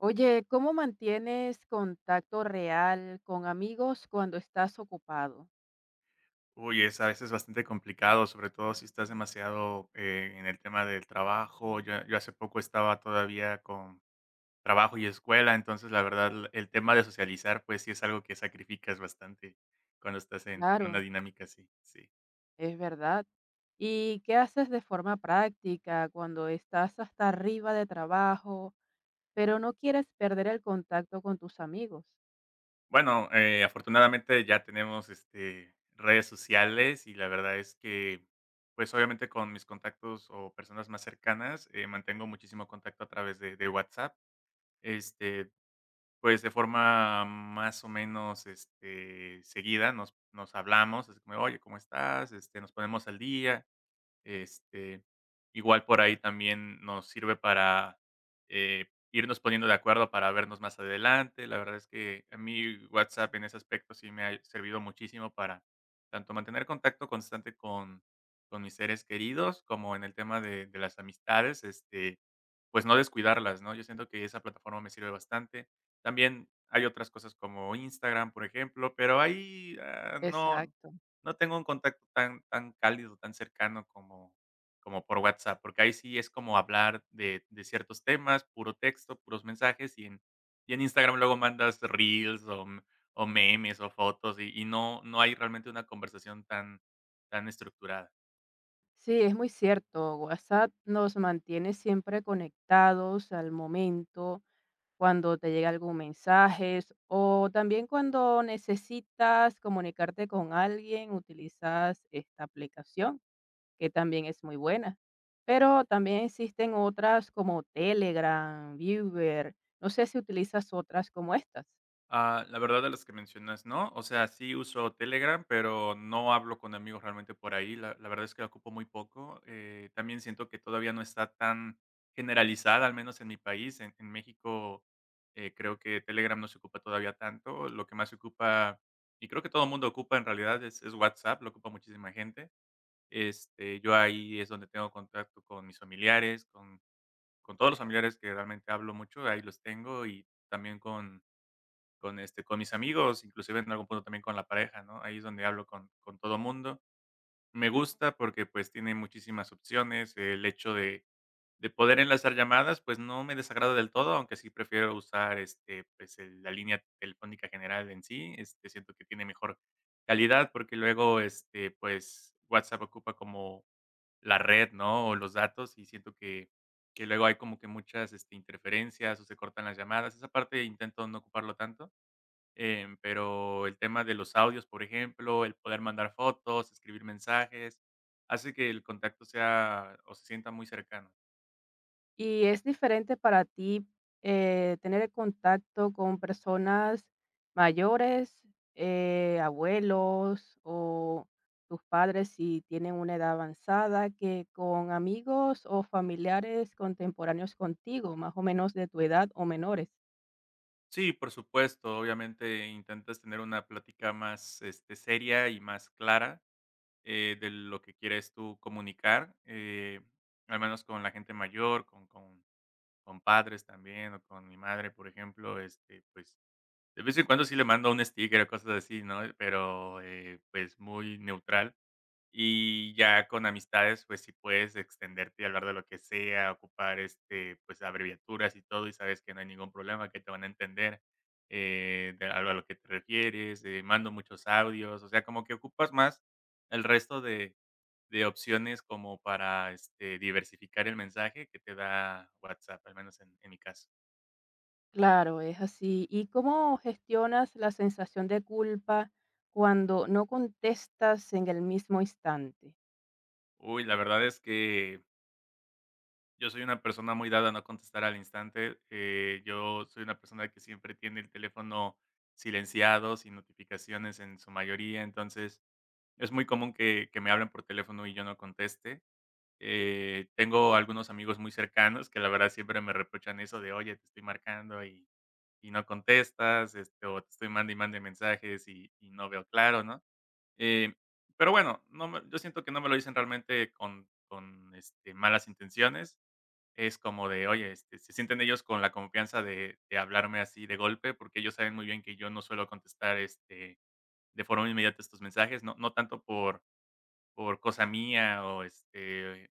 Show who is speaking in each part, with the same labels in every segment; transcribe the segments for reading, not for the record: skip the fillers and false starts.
Speaker 1: Oye, ¿cómo mantienes contacto real con amigos cuando estás ocupado?
Speaker 2: Uy, es a veces bastante complicado, sobre todo si estás demasiado en el tema del trabajo. Yo hace poco estaba todavía con trabajo y escuela, entonces la verdad el tema de socializar, pues sí es algo que sacrificas bastante cuando estás en una
Speaker 1: Claro,
Speaker 2: dinámica así. Sí.
Speaker 1: es verdad. ¿Y qué haces de forma práctica cuando estás hasta arriba de trabajo, pero no quieres perder el contacto con tus amigos?
Speaker 2: Bueno, afortunadamente ya tenemos redes sociales y la verdad es que, pues obviamente con mis contactos o personas más cercanas, mantengo muchísimo contacto a través de WhatsApp. Este, Pues, de forma más o menos, seguida nos hablamos, así como "Oye, ¿cómo estás?", nos ponemos al día. Este, igual por ahí también nos sirve para, irnos poniendo de acuerdo para vernos más adelante. La verdad es que a mí WhatsApp en ese aspecto sí me ha servido muchísimo para tanto mantener contacto constante con mis seres queridos, como en el tema de las amistades, pues no descuidarlas, ¿no? Yo siento que esa plataforma me sirve bastante. También hay otras cosas como Instagram, por ejemplo, pero ahí, no
Speaker 1: Exacto.
Speaker 2: no tengo un contacto tan tan cálido, tan cercano como por WhatsApp, porque ahí sí es como hablar de ciertos temas, puro texto, puros mensajes, y en Instagram luego mandas reels o memes o fotos, y no hay realmente una conversación tan tan estructurada.
Speaker 1: Sí, es muy cierto. WhatsApp nos mantiene siempre conectados al momento cuando te llega algún mensaje o también cuando necesitas comunicarte con alguien, utilizas esta aplicación, que también es muy buena. Pero también existen otras como Telegram, Viber, no sé si utilizas otras como estas.
Speaker 2: Ah, la verdad de las que mencionas, no. O sea, sí uso Telegram, pero no hablo con amigos realmente por ahí. La verdad es que la ocupo muy poco. También siento que todavía no está tan generalizada, al menos en mi país. En México, creo que Telegram no se ocupa todavía tanto. Lo que más se ocupa, y creo que todo el mundo ocupa en realidad, es WhatsApp, lo ocupa muchísima gente. Yo ahí es donde tengo contacto con mis familiares, con todos los familiares que realmente hablo mucho, ahí los tengo y también con mis amigos, inclusive en algún punto también con la pareja, ¿no? Ahí es donde hablo con todo mundo. Me gusta porque pues tiene muchísimas opciones. El hecho de poder enlazar llamadas, pues no me desagrada del todo, aunque sí prefiero usar pues, la línea telefónica general en sí. Siento que tiene mejor calidad porque luego, pues WhatsApp ocupa como la red, ¿no? O los datos y siento que luego hay como que muchas interferencias o se cortan las llamadas. Esa parte intento no ocuparlo tanto. Pero el tema de los audios, por ejemplo, el poder mandar fotos, escribir mensajes, hace que el contacto sea o se sienta muy cercano.
Speaker 1: ¿Y es diferente para ti, tener el contacto con personas mayores, abuelos o tus padres si tienen una edad avanzada, que con amigos o familiares contemporáneos contigo, más o menos de tu edad o menores?
Speaker 2: Sí, por supuesto, obviamente intentas tener una plática más seria y más clara, de lo que quieres tú comunicar, al menos con la gente mayor, con padres también, o con mi madre, por ejemplo, pues de vez en cuando sí le mando un sticker o cosas así, ¿no? Pero pues muy neutral. Y ya con amistades, pues, si puedes extenderte y hablar de lo que sea, ocupar, pues, abreviaturas y todo, y sabes que no hay ningún problema, que te van a entender, de algo a lo que te refieres, mando muchos audios, o sea, como que ocupas más el resto de opciones como para, diversificar el mensaje que te da WhatsApp, al menos en mi caso.
Speaker 1: Claro, es así. ¿Y cómo gestionas la sensación de culpa cuando no contestas en el mismo instante?
Speaker 2: Uy, la verdad es que yo soy una persona muy dada a no contestar al instante. Yo soy una persona que siempre tiene el teléfono silenciado, sin notificaciones en su mayoría. Entonces, es muy común que me hablen por teléfono y yo no conteste. Tengo algunos amigos muy cercanos que la verdad siempre me reprochan eso de, oye, te estoy marcando y no contestas, o te estoy mandando y mande mensajes y no veo claro, ¿no? Eh, pero bueno, no me- yo siento que no me lo dicen realmente con malas intenciones. Es como de, oye, se sienten ellos con la confianza de hablarme así de golpe, porque ellos saben muy bien que yo no suelo contestar, de forma inmediata estos mensajes, no tanto por cosa mía o,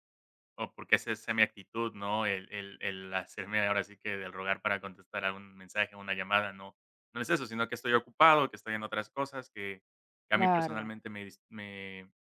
Speaker 2: o porque esa sea mi actitud, ¿no? El hacerme ahora sí que del rogar para contestar a un mensaje, a una llamada, no es eso, sino que estoy ocupado, que estoy en otras cosas que a mí
Speaker 1: Claro.
Speaker 2: personalmente me dis me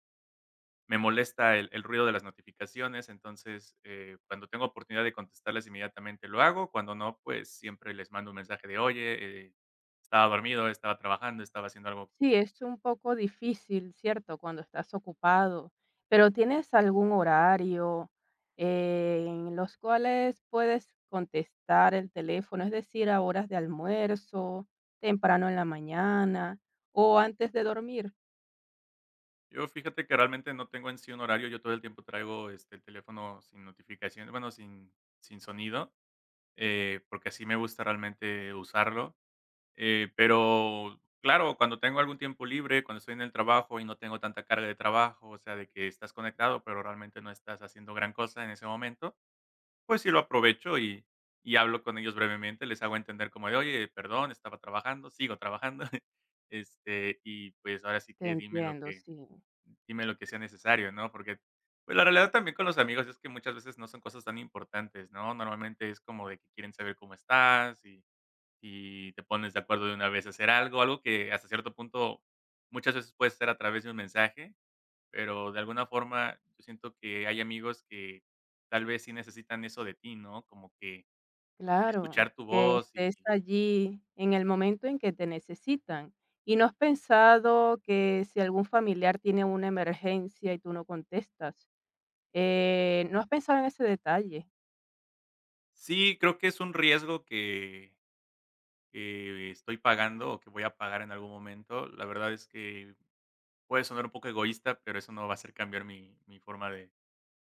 Speaker 2: me molesta el ruido de las notificaciones. Entonces, cuando tengo oportunidad de contestarles inmediatamente lo hago, cuando no, pues siempre les mando un mensaje de: "Oye, estaba dormido, estaba trabajando, estaba haciendo algo".
Speaker 1: Sí, es un poco difícil, ¿cierto? Cuando estás ocupado, pero ¿tienes algún horario en los cuales puedes contestar el teléfono? Es decir, a horas de almuerzo, temprano en la mañana o antes de dormir.
Speaker 2: Yo fíjate que realmente no tengo en sí un horario, yo todo el tiempo traigo, el teléfono sin notificaciones, bueno, sin sonido, porque así me gusta realmente usarlo. Pero claro, cuando tengo algún tiempo libre, cuando estoy en el trabajo y no tengo tanta carga de trabajo, o sea, de que estás conectado, pero realmente no estás haciendo gran cosa en ese momento, pues sí lo aprovecho y hablo con ellos brevemente, les hago entender como de, oye, perdón, estaba trabajando, sigo trabajando. Y pues ahora sí
Speaker 1: Te
Speaker 2: que
Speaker 1: entiendo, sí.
Speaker 2: dime lo que sea necesario, ¿no? Porque pues la realidad también con los amigos es que muchas veces no son cosas tan importantes, ¿no? Normalmente es como de que quieren saber cómo estás y te pones de acuerdo de una vez a hacer algo, algo que hasta cierto punto muchas veces puede ser a través de un mensaje, pero de alguna forma yo siento que hay amigos que tal vez sí necesitan eso de ti, ¿no? Como que
Speaker 1: Claro,
Speaker 2: escuchar tu
Speaker 1: que
Speaker 2: voz y
Speaker 1: estés allí en el momento en que te necesitan. ¿Y no has pensado que si algún familiar tiene una emergencia y tú no contestas? No has pensado en ese detalle.
Speaker 2: sí, creo que es un riesgo que estoy pagando o que voy a pagar en algún momento. La verdad es que puede sonar un poco egoísta, pero eso no va a hacer cambiar mi forma de,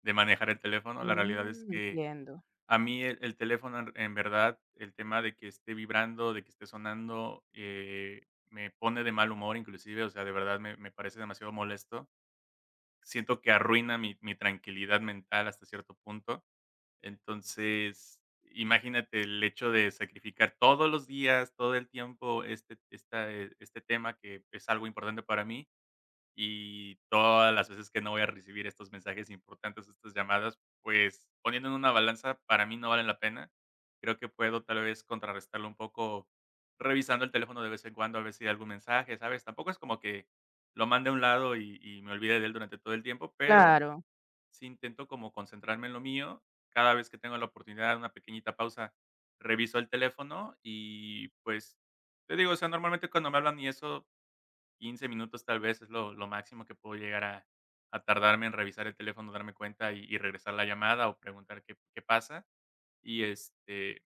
Speaker 2: de manejar el teléfono. La realidad es
Speaker 1: Mm,
Speaker 2: que
Speaker 1: entiendo.
Speaker 2: a mí el teléfono, en verdad, el tema de que esté vibrando, de que esté sonando, me pone de mal humor inclusive, o sea, de verdad me parece demasiado molesto. Siento que arruina mi tranquilidad mental hasta cierto punto. Entonces, imagínate el hecho de sacrificar todos los días, todo el tiempo este tema que es algo importante para mí y todas las veces que no voy a recibir estos mensajes importantes, estas llamadas, pues, poniendo en una balanza, para mí no valen la pena. Creo que puedo, tal vez, contrarrestarlo un poco revisando el teléfono de vez en cuando, a ver si hay algún mensaje, ¿sabes? Tampoco es como que lo mande a un lado y me olvide de él durante todo el tiempo, pero
Speaker 1: Claro,
Speaker 2: sí intento como concentrarme en lo mío. Cada vez que tengo la oportunidad, una pequeñita pausa, reviso el teléfono y, pues, te digo, o sea, normalmente cuando me hablan y eso 15 minutos tal vez es lo máximo que puedo llegar a tardarme en revisar el teléfono, darme cuenta y regresar la llamada o preguntar qué pasa. Y, este,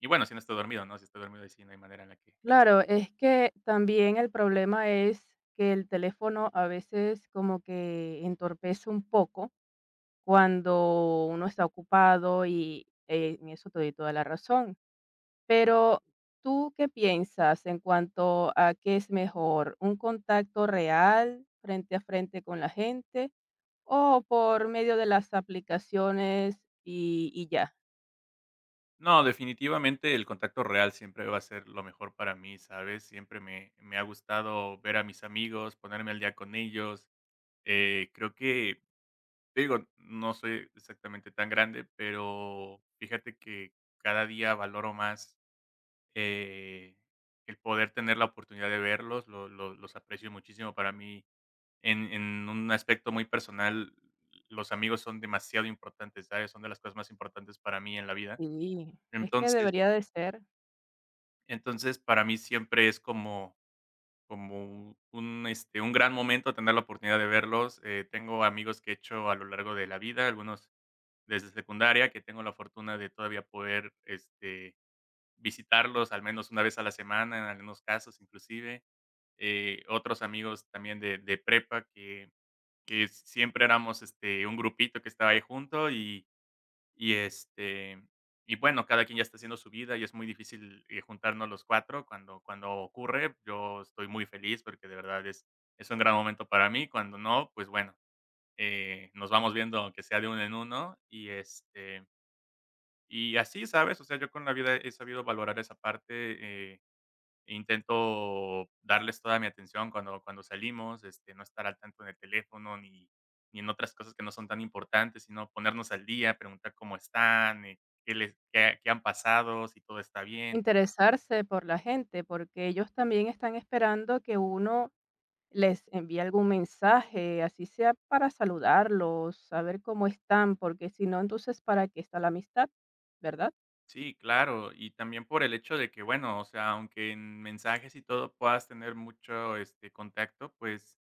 Speaker 2: y bueno, si no estoy dormido, ¿no? Si estoy dormido ahí sí no hay manera en la que
Speaker 1: claro, es que también el problema es que el teléfono a veces como que entorpece un poco cuando uno está ocupado y en eso te doy toda la razón. Pero ¿tú qué piensas en cuanto a qué es mejor, un contacto real frente a frente con la gente o por medio de las aplicaciones y ya?
Speaker 2: No, definitivamente el contacto real siempre va a ser lo mejor para mí, ¿sabes? Siempre me ha gustado ver a mis amigos, ponerme al día con ellos. Creo que, te digo, no soy exactamente tan grande, pero fíjate que cada día valoro más, eh, el poder tener la oportunidad de verlos, lo los aprecio muchísimo. Para mí, en un aspecto muy personal, los amigos son demasiado importantes, ¿sabes? Son de las cosas más importantes para mí en la vida.
Speaker 1: Sí, es que
Speaker 2: Entonces
Speaker 1: debería de ser
Speaker 2: entonces, para mí siempre es como un gran momento tener la oportunidad de verlos. Tengo amigos que he hecho a lo largo de la vida, algunos desde secundaria, que tengo la fortuna de todavía poder, visitarlos al menos una vez a la semana, en algunos casos inclusive. Otros amigos también de prepa que siempre éramos, un grupito que estaba ahí junto y, este, y bueno, cada quien ya está haciendo su vida y es muy difícil, juntarnos los 4 cuando ocurre. Yo estoy muy feliz porque de verdad es un gran momento para mí. Cuando no, pues bueno, nos vamos viendo aunque sea de uno en uno y así, ¿sabes? O sea, yo con la vida he sabido valorar esa parte. eh Intento darles toda mi atención cuando salimos, no estar al tanto en el teléfono ni ni en otras cosas que no son tan importantes, sino ponernos al día, preguntar cómo están, qué les qué han pasado, si todo está bien.
Speaker 1: interesarse por la gente, porque ellos también están esperando que uno les envíe algún mensaje, así sea para saludarlos, saber cómo están, porque si no, entonces, ¿para qué está la amistad? ¿Verdad?
Speaker 2: Sí, claro, y también por el hecho de que, bueno, o sea, aunque en mensajes y todo puedas tener mucho, contacto, pues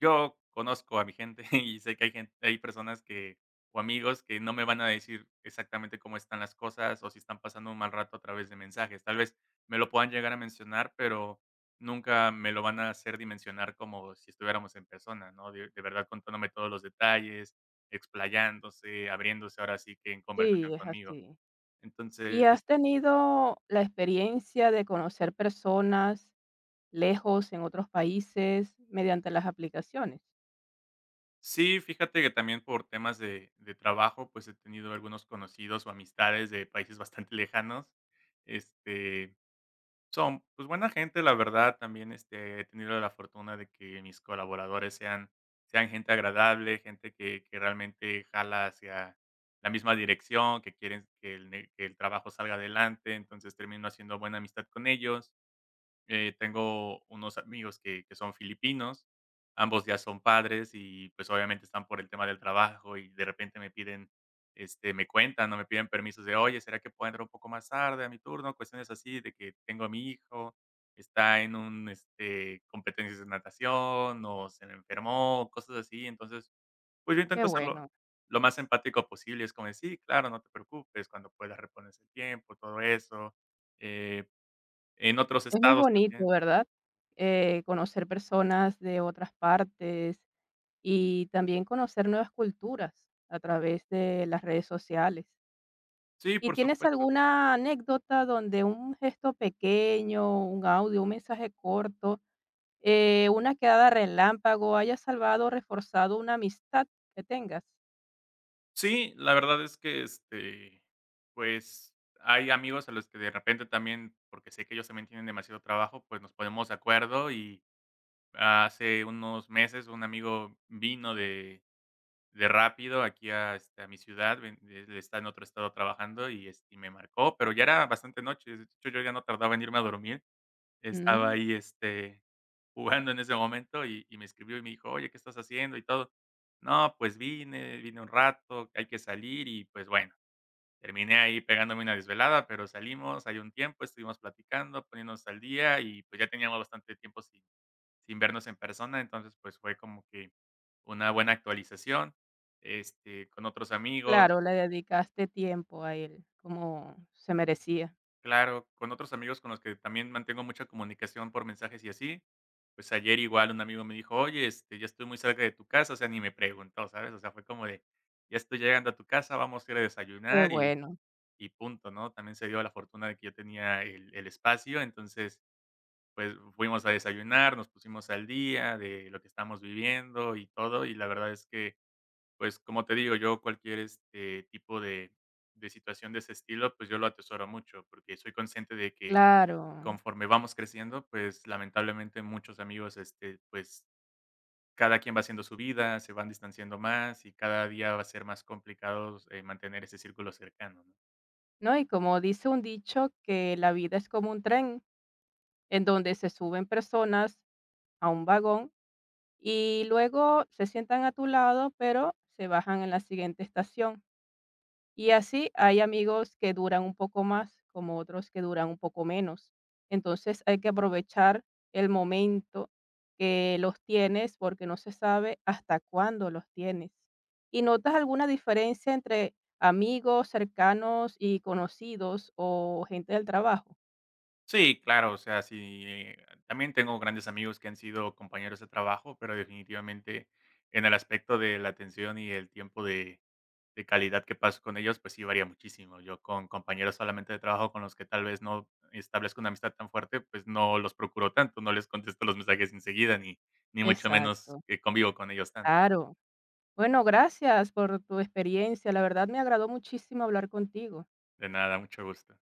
Speaker 2: yo conozco a mi gente y sé que hay gente, hay personas que o amigos que no me van a decir exactamente cómo están las cosas o si están pasando un mal rato a través de mensajes. Tal vez me lo puedan llegar a mencionar, pero nunca me lo van a hacer dimensionar como si estuviéramos en persona, ¿no? De verdad contándome todos los detalles, explayándose, abriéndose ahora sí que en
Speaker 1: Sí,
Speaker 2: conversación
Speaker 1: es
Speaker 2: conmigo.
Speaker 1: así. ¿Y
Speaker 2: Entonces
Speaker 1: has tenido la experiencia de conocer personas lejos en otros países mediante las aplicaciones?
Speaker 2: sí, fíjate que también por temas de trabajo, pues, he tenido algunos conocidos o amistades de países bastante lejanos. Este, son, pues, buena gente, la verdad. También, he tenido la fortuna de que mis colaboradores sean sean gente agradable, gente que realmente jala hacia la misma dirección, que quieren que el ne que el trabajo salga adelante. Entonces, termino haciendo buena amistad con ellos. Tengo unos amigos que son filipinos, ambos ya son padres y, pues, obviamente están por el tema del trabajo y de repente me piden, me cuentan no me piden permisos de: "Oye, ¿será que puedo entrar un poco más tarde a mi turno?". Cuestiones así de que tengo a mi hijo, está en un, competencias de natación o se me enfermó, cosas así. Entonces, pues, yo
Speaker 1: Qué
Speaker 2: intento hacerlo
Speaker 1: bueno.
Speaker 2: lo más empático posible. Es como de: "Sí, claro, no te preocupes, cuando puedas repones el tiempo", todo eso. Eh, en otros
Speaker 1: Es muy
Speaker 2: estados
Speaker 1: bonito,
Speaker 2: también
Speaker 1: ¿verdad? Conocer personas de otras partes y también conocer nuevas culturas a través de las redes sociales.
Speaker 2: sí,
Speaker 1: ¿Y
Speaker 2: por
Speaker 1: tienes
Speaker 2: supuesto.
Speaker 1: alguna anécdota donde un gesto pequeño, un audio, un mensaje corto, una quedada relámpago haya salvado o reforzado una amistad que tengas?
Speaker 2: Sí, la verdad es que, pues, hay amigos a los que de repente también, porque sé que ellos también tienen demasiado trabajo, pues, nos ponemos de acuerdo y hace unos meses un amigo vino de Rápido aquí a, a mi ciudad, ven él está en otro estado trabajando y, me marcó, pero ya era bastante noche, de hecho, yo ya no tardaba en irme a dormir, estaba
Speaker 1: Mm,
Speaker 2: ahí, jugando en ese momento y me escribió y me dijo: "Oye, ¿qué estás haciendo?", y todo. No, pues vine, vine un rato, hay que salir y, pues, bueno, terminé ahí pegándome una desvelada, pero salimos, hay un tiempo, estuvimos platicando, poniéndonos al día y, pues, ya teníamos bastante tiempo sin sin vernos en persona, entonces, pues, fue como que una buena actualización, con otros amigos.
Speaker 1: claro, le dedicaste tiempo a él, como se merecía.
Speaker 2: Claro, con otros amigos con los que también mantengo mucha comunicación por mensajes y así, pues ayer igual un amigo me dijo: "Oye, ya estoy muy cerca de tu casa", o sea, ni me preguntó, ¿sabes? O sea, fue como de: "Ya estoy llegando a tu casa, vamos a ir a
Speaker 1: Qué
Speaker 2: desayunar", y
Speaker 1: bueno,
Speaker 2: y punto, ¿no? También se dio la fortuna de que yo tenía el espacio, entonces, pues, fuimos a desayunar, nos pusimos al día de lo que estamos viviendo y todo, y la verdad es que, pues, como te digo, yo cualquier, tipo de situación de ese estilo, pues, yo lo atesoro mucho, porque soy consciente de que
Speaker 1: claro.
Speaker 2: conforme vamos creciendo, pues, lamentablemente muchos amigos, pues, cada quien va haciendo su vida, se van distanciando más y cada día va a ser más complicado, mantener ese círculo cercano, ¿no?
Speaker 1: No, y como dice un dicho que la vida es como un tren, en donde se suben personas a un vagón y luego se sientan a tu lado, pero se bajan en la siguiente estación. Y así hay amigos que duran un poco más, como otros que duran un poco menos. Entonces hay que aprovechar el momento que los tienes porque no se sabe hasta cuándo los tienes. ¿Y notas alguna diferencia entre amigos cercanos y conocidos o gente del trabajo?
Speaker 2: Sí, claro, o sea, sí, también tengo grandes amigos que han sido compañeros de trabajo, pero definitivamente en el aspecto de la atención y el tiempo de calidad que paso con ellos, pues sí varía muchísimo. Yo con compañeros solamente de trabajo con los que tal vez no establezco una amistad tan fuerte, pues no los procuro tanto, no les contesto los mensajes enseguida, ni, ni mucho menos
Speaker 1: Exacto,
Speaker 2: que convivo con ellos tanto.
Speaker 1: claro. Bueno, gracias por tu experiencia. La verdad me agradó muchísimo hablar contigo.
Speaker 2: De nada, mucho gusto.